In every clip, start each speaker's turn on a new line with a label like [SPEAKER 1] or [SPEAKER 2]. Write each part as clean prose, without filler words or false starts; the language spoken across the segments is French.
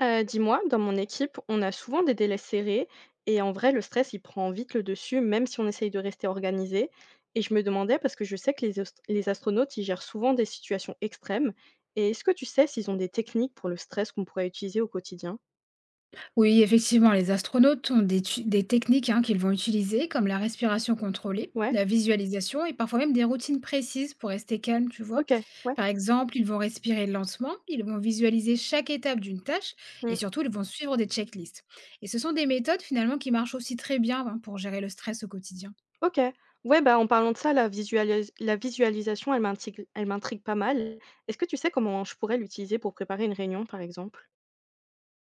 [SPEAKER 1] Dis-moi, dans mon équipe, on a souvent des délais serrés et en vrai, le stress, il prend vite le dessus, même si on essaye de rester organisé. Et je me demandais, parce que je sais que les astronautes, ils gèrent souvent des situations extrêmes, et est-ce que tu sais s'ils ont des techniques pour le stress qu'on pourrait utiliser au quotidien?
[SPEAKER 2] Oui, effectivement, les astronautes ont des techniques hein, qu'ils vont utiliser, comme la respiration contrôlée,
[SPEAKER 1] Ouais,
[SPEAKER 2] la visualisation et parfois même des routines précises pour rester calme, tu vois.
[SPEAKER 1] OK, ouais,
[SPEAKER 2] Par exemple, ils vont respirer lentement, ils vont visualiser chaque étape d'une tâche et
[SPEAKER 1] mmh,
[SPEAKER 2] surtout, ils vont suivre des checklists. Et ce sont des méthodes finalement qui marchent aussi très bien hein, pour gérer le stress au quotidien.
[SPEAKER 1] OK. Ouais, bah, en parlant de ça, la visualisation, elle m'intrigue pas mal. Est-ce que tu sais comment je pourrais l'utiliser pour préparer une réunion, par exemple?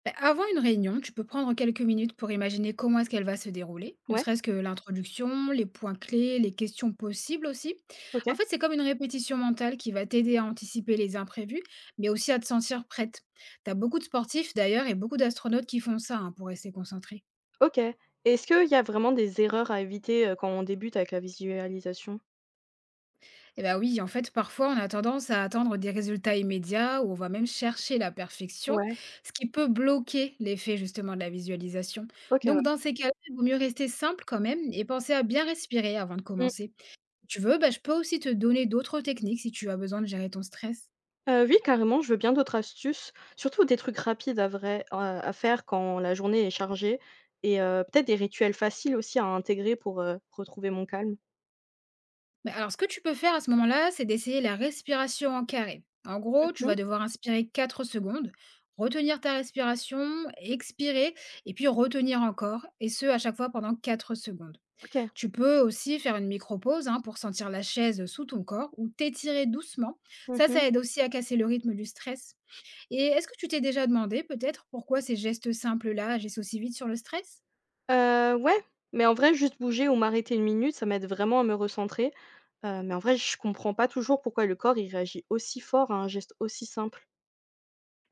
[SPEAKER 2] Bah, avant une réunion, tu peux prendre quelques minutes pour imaginer comment est-ce qu'elle va se dérouler, ne
[SPEAKER 1] Ouais,
[SPEAKER 2] serait-ce que l'introduction, les points clés, les questions possibles aussi. En
[SPEAKER 1] OK.
[SPEAKER 2] fait, c'est comme une répétition mentale qui va t'aider à anticiper les imprévus, mais aussi à te sentir prête. T'as beaucoup de sportifs d'ailleurs et beaucoup d'astronautes qui font ça hein, pour rester concentrés.
[SPEAKER 1] OK. Est-ce qu'il y a vraiment des erreurs à éviter, quand on débute avec la visualisation?
[SPEAKER 2] Eh bah, oui, en fait, parfois, on a tendance à attendre des résultats immédiats ou on va même chercher la perfection,
[SPEAKER 1] Ouais.
[SPEAKER 2] ce qui peut bloquer l'effet justement de la visualisation.
[SPEAKER 1] OK,
[SPEAKER 2] Donc,
[SPEAKER 1] ouais.
[SPEAKER 2] dans ces cas-là, il vaut mieux rester simple quand même et penser à bien respirer avant de
[SPEAKER 1] Mmh.
[SPEAKER 2] commencer. Si tu veux, bah, je peux aussi te donner d'autres techniques si tu as besoin de gérer ton stress.
[SPEAKER 1] Oui, carrément, je veux bien d'autres astuces, surtout des trucs rapides à vrai à faire quand la journée est chargée et peut-être des rituels faciles aussi à intégrer pour, retrouver mon calme.
[SPEAKER 2] Mais alors, ce que tu peux faire à ce moment-là, c'est d'essayer la respiration en carré. En gros, tu
[SPEAKER 1] Mmh.
[SPEAKER 2] vas devoir inspirer 4 secondes, retenir ta respiration, expirer et puis retenir encore, et ce à chaque fois pendant 4 secondes.
[SPEAKER 1] OK.
[SPEAKER 2] Tu peux aussi faire une micro-pause hein, pour sentir la chaise sous ton corps ou t'étirer doucement.
[SPEAKER 1] Mmh
[SPEAKER 2] Ça,
[SPEAKER 1] mh.
[SPEAKER 2] ça aide aussi à casser le rythme du stress. Et est-ce que tu t'es déjà demandé peut-être pourquoi ces gestes simples-là agissent aussi vite sur le stress?
[SPEAKER 1] Ouais, mais en vrai, juste bouger ou m'arrêter une minute, ça m'aide vraiment à me recentrer. Mais en vrai, je comprends pas toujours pourquoi le corps, il réagit aussi fort à un geste aussi simple.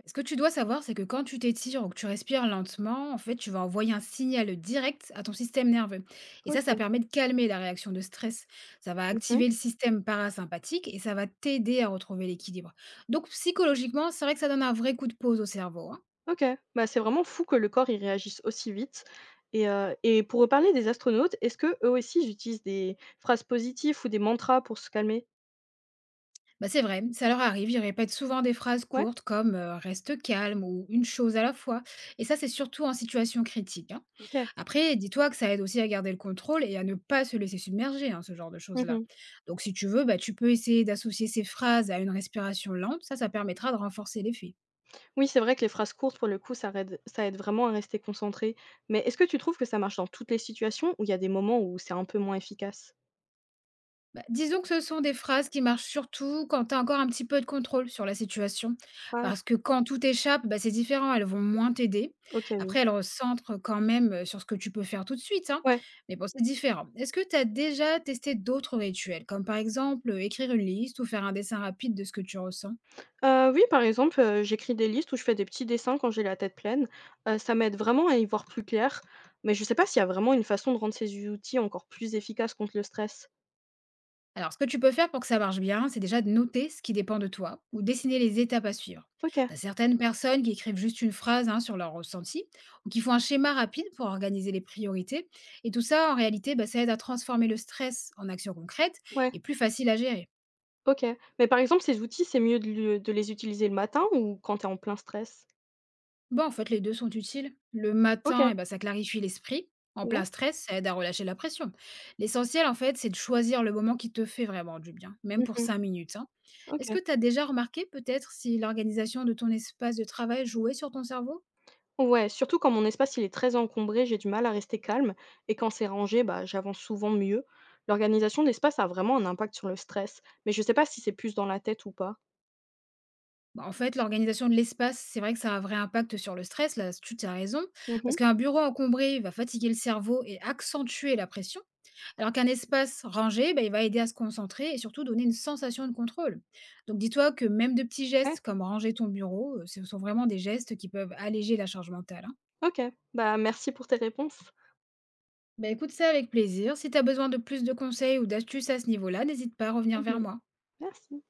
[SPEAKER 2] Ce que tu dois savoir, c'est que quand tu t'étires ou que tu respires lentement, en fait, tu vas envoyer un signal direct à ton système nerveux. Et ça
[SPEAKER 1] OK.
[SPEAKER 2] permet de calmer la réaction de stress. Ça va
[SPEAKER 1] Mmh.
[SPEAKER 2] activer le système parasympathique et ça va t'aider à retrouver l'équilibre. Donc, psychologiquement, c'est vrai que ça donne un vrai coup de pause au cerveau, hein.
[SPEAKER 1] OK, bah, c'est vraiment fou que le corps, il réagisse aussi vite, et pour reparler des astronautes, est-ce que eux aussi, ils utilisent des phrases positives ou des mantras pour se calmer?
[SPEAKER 2] Bah, c'est vrai, ça leur arrive, ils répètent souvent des phrases
[SPEAKER 1] Ouais?
[SPEAKER 2] courtes comme reste calme ou une chose à la fois. Et ça, c'est surtout en situation critique, hein.
[SPEAKER 1] OK.
[SPEAKER 2] Après, dis-toi que ça aide aussi à garder le contrôle et à ne pas se laisser submerger, hein, ce genre de choses-là.
[SPEAKER 1] Mmh.
[SPEAKER 2] Donc, si tu veux, bah, tu peux essayer d'associer ces phrases à une respiration lente, ça permettra de renforcer l'effet.
[SPEAKER 1] Oui, c'est vrai que les phrases courtes, pour le coup, ça aide vraiment à rester concentré. Mais est-ce que tu trouves que ça marche dans toutes les situations ou il y a des moments où c'est un peu moins efficace?
[SPEAKER 2] Bah, disons que ce sont des phrases qui marchent surtout quand tu as encore un petit peu de contrôle sur la situation.
[SPEAKER 1] Ah,
[SPEAKER 2] Parce que quand tout échappe, bah, c'est différent, elles vont moins t'aider.
[SPEAKER 1] OK, oui.
[SPEAKER 2] Après, elles recentrent quand même sur ce que tu peux faire tout de suite, hein.
[SPEAKER 1] Ouais.
[SPEAKER 2] Mais bon, c'est différent. Est-ce que tu as déjà testé d'autres rituels, comme par exemple écrire une liste ou faire un dessin rapide de ce que tu ressens?
[SPEAKER 1] Oui, par exemple, j'écris des listes ou je fais des petits dessins quand j'ai la tête pleine. Ça m'aide vraiment à y voir plus clair, mais je sais pas s'il y a vraiment une façon de rendre ces outils encore plus efficaces contre le stress.
[SPEAKER 2] Alors, ce que tu peux faire pour que ça marche bien, c'est déjà de noter ce qui dépend de toi ou dessiner les étapes à suivre.
[SPEAKER 1] OK,
[SPEAKER 2] T'as certaines personnes qui écrivent juste une phrase hein, sur leur ressenti ou qui font un schéma rapide pour organiser les priorités. Et tout ça, en réalité, bah, ça aide à transformer le stress en action concrète
[SPEAKER 1] ouais,
[SPEAKER 2] et plus facile à gérer.
[SPEAKER 1] OK. Mais par exemple, ces outils, c'est mieux de le de les utiliser le matin ou quand t'es en plein stress?
[SPEAKER 2] Bah, en fait, les 2 sont utiles. Le matin,
[SPEAKER 1] OK,
[SPEAKER 2] eh ben, ça clarifie l'esprit. En
[SPEAKER 1] ouais.
[SPEAKER 2] plein stress, ça aide à relâcher la pression. L'essentiel, en fait, c'est de choisir le moment qui te fait vraiment du bien, même pour
[SPEAKER 1] Mmh.
[SPEAKER 2] 5 minutes, hein. Est-ce que
[SPEAKER 1] OK.
[SPEAKER 2] tu as déjà remarqué peut-être si l'organisation de ton espace de travail jouait sur ton cerveau?
[SPEAKER 1] Ouais, surtout quand mon espace, il est très encombré, j'ai du mal à rester calme et quand c'est rangé, bah, j'avance souvent mieux. L'organisation de l'espace a vraiment un impact sur le stress, mais je sais pas si c'est plus dans la tête ou pas.
[SPEAKER 2] Bah, en fait, l'organisation de l'espace, c'est vrai que ça a un vrai impact sur le stress, là, tu as raison, parce
[SPEAKER 1] Mmh.
[SPEAKER 2] qu'un bureau encombré va fatiguer le cerveau et accentuer la pression. Alors qu'un espace rangé, bah, il va aider à se concentrer et surtout donner une sensation de contrôle. Donc dis-toi que même de petits gestes
[SPEAKER 1] Ouais.
[SPEAKER 2] comme ranger ton bureau, ce sont vraiment des gestes qui peuvent alléger la charge mentale, hein.
[SPEAKER 1] OK. Bah, merci pour tes réponses.
[SPEAKER 2] Bah, écoute, ça avec plaisir. Si tu as besoin de plus de conseils ou d'astuces à ce niveau-là, n'hésite pas à revenir
[SPEAKER 1] Mmh
[SPEAKER 2] vers
[SPEAKER 1] mh.
[SPEAKER 2] moi.
[SPEAKER 1] Merci.